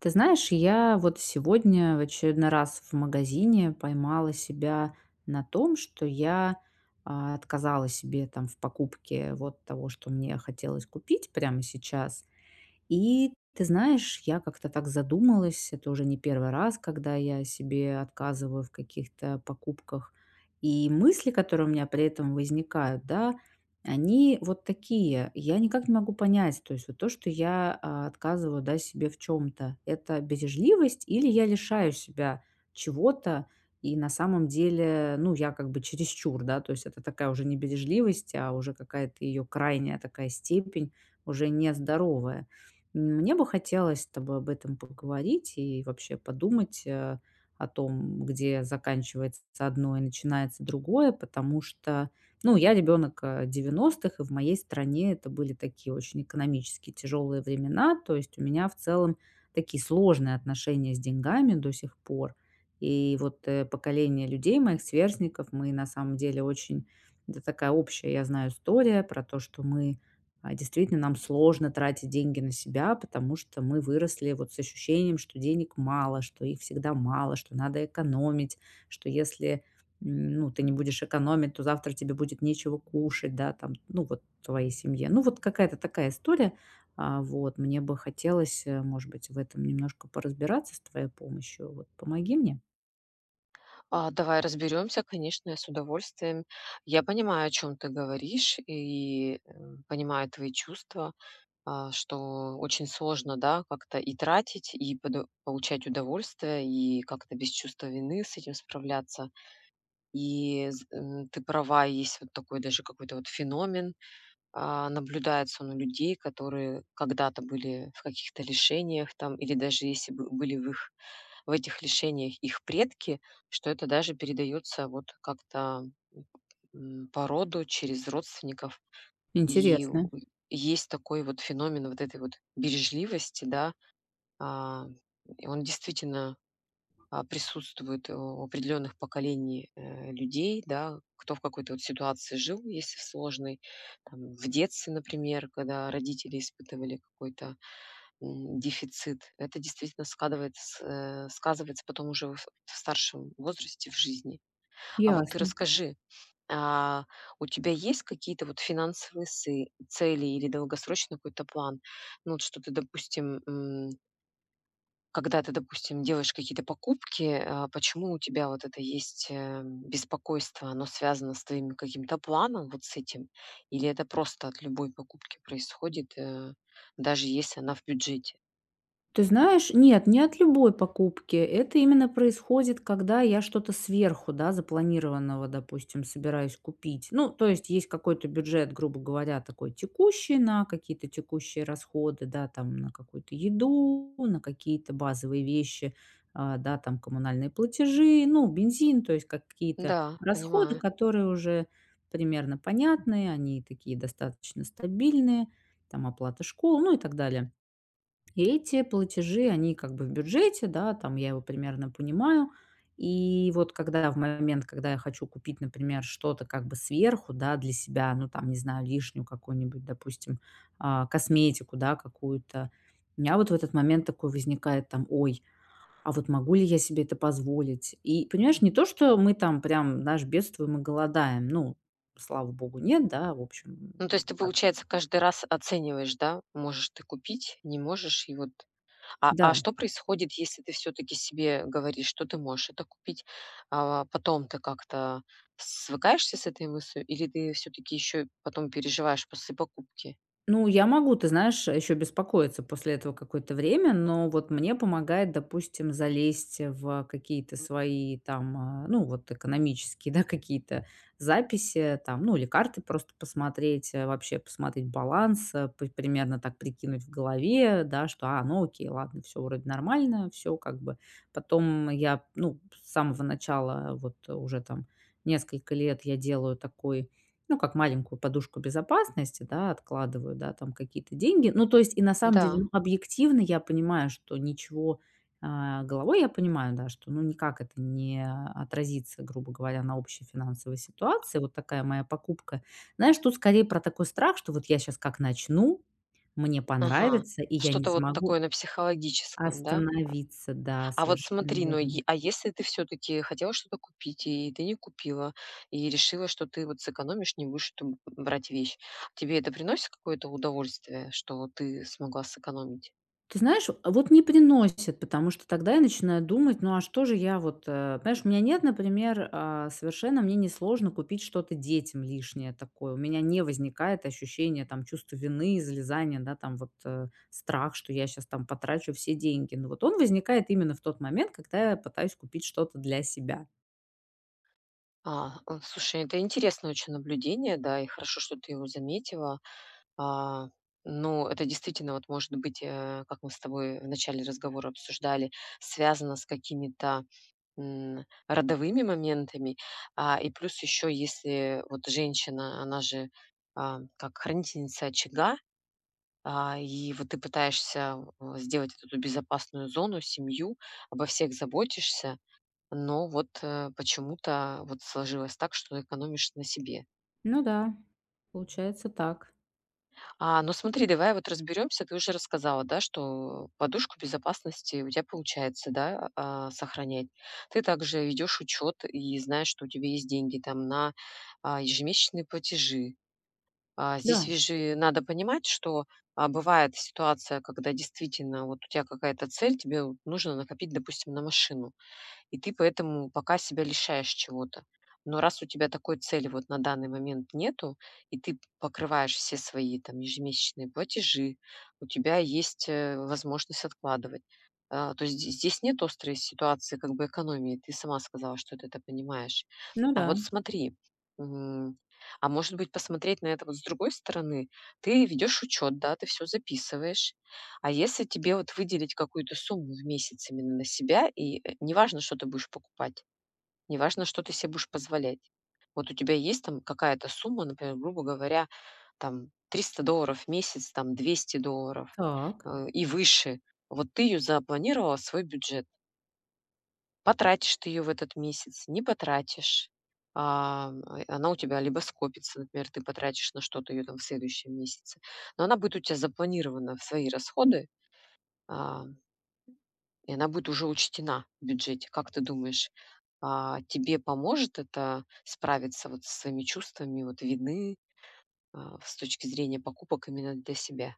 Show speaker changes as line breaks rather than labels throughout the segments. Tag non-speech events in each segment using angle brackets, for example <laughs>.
Ты знаешь, я вот сегодня в очередной раз в магазине поймала себя на том, что я отказала себе там в покупке вот того, что мне хотелось купить прямо сейчас. И ты знаешь, я как-то так задумалась, это уже не первый раз, когда я себе отказываю в каких-то покупках. И мысли, которые у меня при этом возникают, да, они вот такие. Я никак не могу понять, то есть вот то, что я отказываю, да, себе в чем-то, это бережливость или я лишаю себя чего-то, и на самом деле, ну, я как бы чересчур, да, то есть это такая уже не бережливость, а уже какая-то ее крайняя такая степень, уже нездоровая. Мне бы хотелось с тобой об этом поговорить и вообще подумать о том, где заканчивается одно и начинается другое, потому что, ну, я ребенок 90-х и в моей стране это были такие очень экономически тяжелые времена, то есть у меня в целом такие сложные отношения с деньгами до сих пор. И вот поколение людей, моих сверстников, мы на самом деле очень... Это такая общая, я знаю, история про то, что мы действительно, нам сложно тратить деньги на себя, потому что мы выросли вот с ощущением, что денег мало, что их всегда мало, что надо экономить, что если, ну, ты не будешь экономить, то завтра тебе будет нечего кушать, да, там, ну, вот твоей семье. Ну, вот какая-то такая история. А, вот, мне бы хотелось, может быть, в этом немножко поразбираться с твоей помощью. Вот помоги мне.
Давай разберемся, конечно, я с удовольствием. Я понимаю, о чем ты говоришь, и, понимаю твои чувства, что очень сложно, да, как-то и тратить, и подо получать удовольствие, и как-то без чувства вины с этим справляться. Ты права, есть вот такой даже какой-то вот феномен, наблюдается он у людей, которые когда-то были в каких-то лишениях там, или даже если бы были в их в этих лишениях их предки, что это даже передается вот как-то по роду через родственников. И у-
Интересно.
Есть такой вот феномен вот этой вот бережливости, да, а, и он действительно присутствует у определенных поколений людей, да, кто в какой-то вот ситуации жил, если в сложной, там, в детстве, например, когда родители испытывали какой-то дефицит, это действительно складывается, сказывается потом уже в старшем возрасте в жизни. А вот ты
Ясно.
расскажи, а, у тебя есть какие-то вот финансовые цели или долгосрочный какой-то план? Ну, вот что ты, допустим, когда ты, допустим, делаешь какие-то покупки, почему у тебя вот это есть, беспокойство? Оно связано с твоим каким-то планом, вот с этим? Или это просто от любой покупки происходит, даже если она в бюджете?
Ты знаешь, нет, не от любой покупки. Это именно происходит, когда я что-то сверху, да, запланированного, допустим, собираюсь купить. Ну, то есть есть какой-то бюджет, грубо говоря, такой текущий на какие-то текущие расходы, да, там на какую-то еду, на какие-то базовые вещи, да, там коммунальные платежи, ну, бензин, то есть какие-то
Да,
расходы,
понимаю.
которые уже примерно понятные, они такие достаточно стабильные, там оплата школ, ну и так далее. И эти платежи, они как бы в бюджете, да, там я его примерно понимаю. И вот когда в момент, когда я хочу купить, например, что-то как бы сверху, да, для себя, ну там, не знаю, лишнюю какую-нибудь, допустим, косметику, да, какую-то, у меня вот в этот момент такой возникает там, ой, а вот могу ли я себе это позволить? И, понимаешь, не то, что мы там прям, знаешь, бедствуем и голодаем, ну, слава богу, нет, да, в общем,
Ну, то есть ты,
так,
получается, каждый раз оцениваешь, да? Можешь ты купить, не можешь, и вот. А
да.
а что происходит, если ты все таки себе говоришь, что ты можешь это купить? Потом ты как-то свыкаешься с этой мыслью или ты все таки еще потом переживаешь после покупки?
Ну, я могу, ты знаешь, еще беспокоиться после этого какое-то время, но вот мне помогает, допустим, залезть в какие-то свои там, ну, вот экономические, <laughs> да, какие-то записи там, ну, или карты просто посмотреть, вообще посмотреть баланс, примерно так прикинуть в голове, да, что, ну, окей, ладно, все вроде нормально, все как бы. Потом я, ну, с самого начала, вот уже там несколько лет я делаю такой ну, как маленькую подушку безопасности, да, откладываю, да, там какие-то деньги. Ну, то есть и на самом
Да,
деле, ну, объективно я понимаю, что ничего а, головой я понимаю, да, что ну никак это не отразится, грубо говоря, на общей финансовой ситуации. Вот такая моя покупка. Знаешь, тут скорее про такой страх, что вот я сейчас как начну, мне
ага.
понравится, и я не
Что-то вот такое
смогу
на психологическом, да?
остановиться. Да,
А вот
совершенно
смотри, ну,
верно.
е а если ты все таки хотела что-то купить, и ты не купила, и решила, что ты вот сэкономишь, не будешь эту брать вещь, тебе это приносит какое-то удовольствие, что вот ты смогла сэкономить?
Ты знаешь, вот не приносит, потому что тогда я начинаю думать, ну а что же я вот, понимаешь, у меня нет, например, совершенно мне несложно купить что-то детям лишнее такое. У меня не возникает ощущение там чувства вины, залезания, да, там вот страх, что я сейчас там потрачу все деньги. Но вот он возникает именно в тот момент, когда я пытаюсь купить что-то для себя.
Слушай, это интересное очень наблюдение, да, и хорошо, что ты его заметила. А, ну, это действительно, вот, может быть, как мы с тобой в начале разговора обсуждали, связано с какими-то родовыми моментами. И плюс еще, если вот женщина, она же как хранительница очага, и вот ты пытаешься сделать вот эту безопасную зону, семью, обо всех заботишься, но вот, почему-то вот сложилось так, что экономишь на себе.
Ну да, получается так.
Ну смотри, давай вот разберемся. Ты уже рассказала, да, что подушку безопасности у тебя получается, да, сохранять. Ты также ведешь учет и знаешь, что у тебя есть деньги там на, ежемесячные платежи. Здесь
Да,
же надо понимать, что, бывает ситуация, когда действительно вот у тебя какая-то цель, тебе вот нужно накопить, допустим, на машину. И ты поэтому пока себя лишаешь чего-то. Но раз у тебя такой цели вот на данный момент нету, и ты покрываешь все свои там ежемесячные платежи, у тебя есть возможность откладывать. То есть здесь нет острой ситуации как бы экономии. Ты сама сказала, что ты это понимаешь.
ну
А
да,
вот смотри, м, а может быть посмотреть на это вот с другой стороны. Ты ведешь учет, да, ты все записываешь, а если тебе вот выделить какую-то сумму в месяц именно на себя, и неважно, что ты будешь покупать, неважно, что ты себе будешь позволять. Вот у тебя есть там какая-то сумма, например, грубо говоря, там 300 долларов в месяц, там 200 долларов
так.
и выше. Вот ты ее запланировала в свой бюджет. Потратишь ты ее в этот месяц, не потратишь. а, она у тебя либо скопится, например, ты потратишь на что-то ее там в следующем месяце. Но она будет у тебя запланирована в свои расходы, а, и она будет уже учтена в бюджете. Как ты думаешь, тебе поможет это справиться вот со своими чувствами вот вины, с точки зрения покупок именно для себя?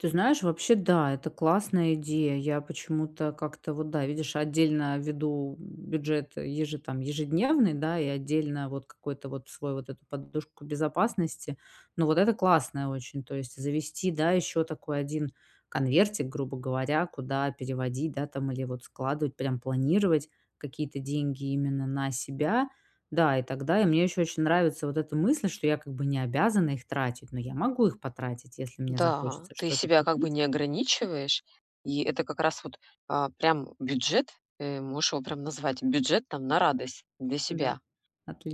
Ты знаешь, вообще да, это классная идея. Я почему-то как-то вот, да, видишь, отдельно веду бюджет ежедневный, да, и отдельно вот какой-то вот свой вот эту подушку безопасности. Ну вот это классная очень, то есть завести, да, еще такой один конвертик, грубо говоря, куда переводить, да, там или вот складывать, прям планировать какие-то деньги именно на себя, да, и тогда и мне еще очень нравится вот эта мысль, что я как бы не обязана их тратить, но я могу их потратить, если мне
Да,
захочется
ты
что-то
себя как бы
купить.
не ограничиваешь, и это как раз вот, прям бюджет, можешь его прям назвать, бюджет там на радость для
Да,
себя.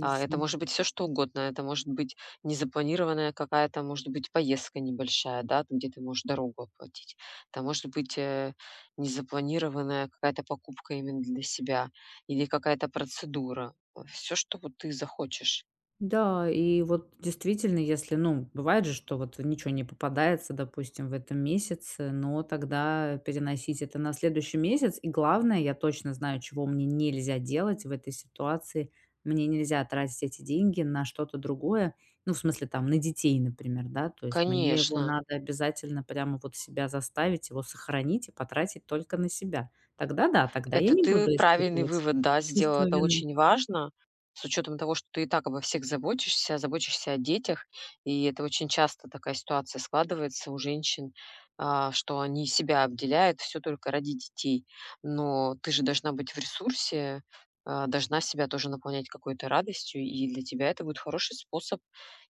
Это может быть все что угодно. Это может быть незапланированная какая-то, может быть, поездка небольшая, да, там, где ты можешь дорогу оплатить. Это может быть, незапланированная какая-то покупка именно для себя или какая-то процедура. Все, что вот ты захочешь.
Да, и вот действительно, если, ну, бывает же, что вот ничего не попадается, допустим, в этом месяце, но тогда переносить это на следующий месяц. И главное, я точно знаю, чего мне нельзя делать в этой ситуации. Мне нельзя тратить эти деньги на что-то другое, ну, в смысле, там, на детей, например, да, то есть мне его
Конечно.
надо обязательно прямо вот себя заставить, его сохранить и потратить только на себя. Тогда да, тогда я
Это
не
ты
буду
правильный
испытывать
вывод, да, сделал.
чувство
Это
вины.
очень важно с учетом того, что ты и так обо всех заботишься, заботишься о детях. И это очень часто такая ситуация складывается у женщин, что они себя обделяют все только ради детей. Но ты же должна быть в ресурсе, должна себя тоже наполнять какой-то радостью, и для тебя это будет хороший способ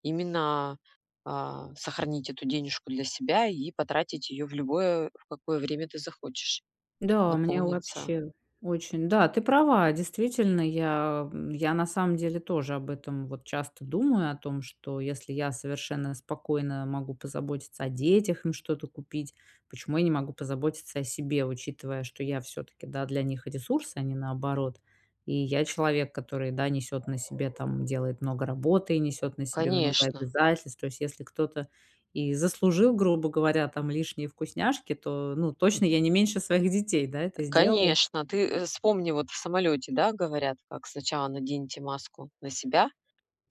именно, сохранить эту денежку для себя и потратить ее в любое, в какое время ты захочешь,
Да, мне
наполниться.
вообще очень. Да, ты права, действительно, я, я на самом деле тоже об этом вот часто думаю, о том, что если я совершенно спокойно могу позаботиться о детях, им что-то купить, почему я не могу позаботиться о себе, учитывая, что я все-таки, да, для них ресурс, а не наоборот. И я человек, который, да, несет на себе, там, делает много работы, несет на себе много
Конечно,
обязательств. То есть, если кто-то и заслужил, грубо говоря, там лишние вкусняшки, то, ну, точно я не меньше своих детей, да, это сделала.
конечно. Ты, вспомни, вот в самолете, да, говорят, как сначала наденьте маску на себя,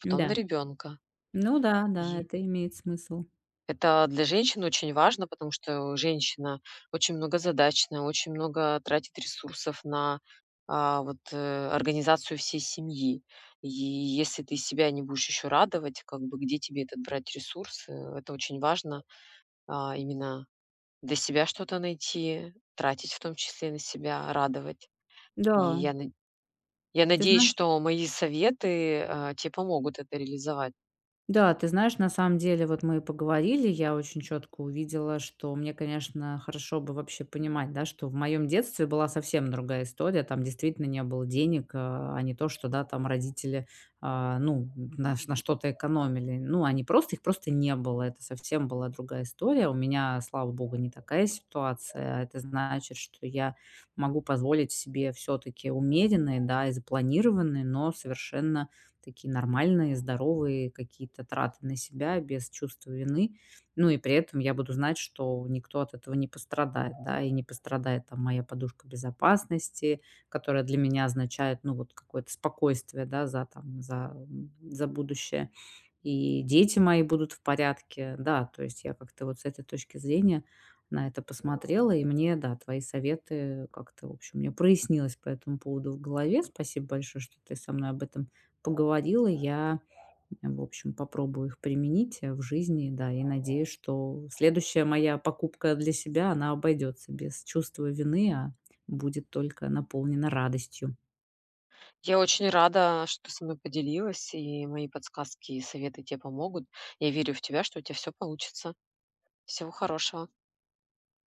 потом на
Да.
ребенка.
Ну да, да,
И
это имеет смысл.
это для женщин очень важно, потому что женщина очень многозадачная, очень много тратит ресурсов на организацию всей семьи. И если ты себя не будешь еще радовать, как бы где тебе этот брать ресурс? Это очень важно именно для себя что-то найти, тратить в том числе на себя, радовать. И
Да,
я Я
ты
надеюсь,
знаешь?
что мои советы, те помогут это реализовать.
Да, ты знаешь, на самом деле, вот мы и поговорили, я очень четко увидела, что мне, конечно, хорошо бы вообще понимать, да, что в моем детстве была совсем другая история, там действительно не было денег, а не то, что, да, там родители, а, ну, на что-то экономили, ну, они просто, их просто не было, это совсем была другая история, у меня, слава богу, не такая ситуация, а это значит, что я могу позволить себе все-таки умеренные, да, и запланированные, но совершенно такие нормальные, здоровые какие-то траты на себя без чувства вины. Ну и при этом я буду знать, что никто от этого не пострадает, да, и не пострадает там моя подушка безопасности, которая для меня означает, ну вот какое-то спокойствие, да, за там, за, за будущее. И дети мои будут в порядке, да, то есть я как-то вот с этой точки зрения на это посмотрела, и мне, да, твои советы как-то, в общем, мне прояснилось по этому поводу в голове. Спасибо большое, что ты со мной об этом поговорила. Я, в общем, попробую их применить, в жизни, да, и надеюсь, что следующая моя покупка для себя, она обойдется без чувства вины, а будет только наполнена радостью.
Я очень рада, что ты со мной поделилась, и мои подсказки и советы тебе помогут. Я верю в тебя, что у тебя все получится. Всего хорошего.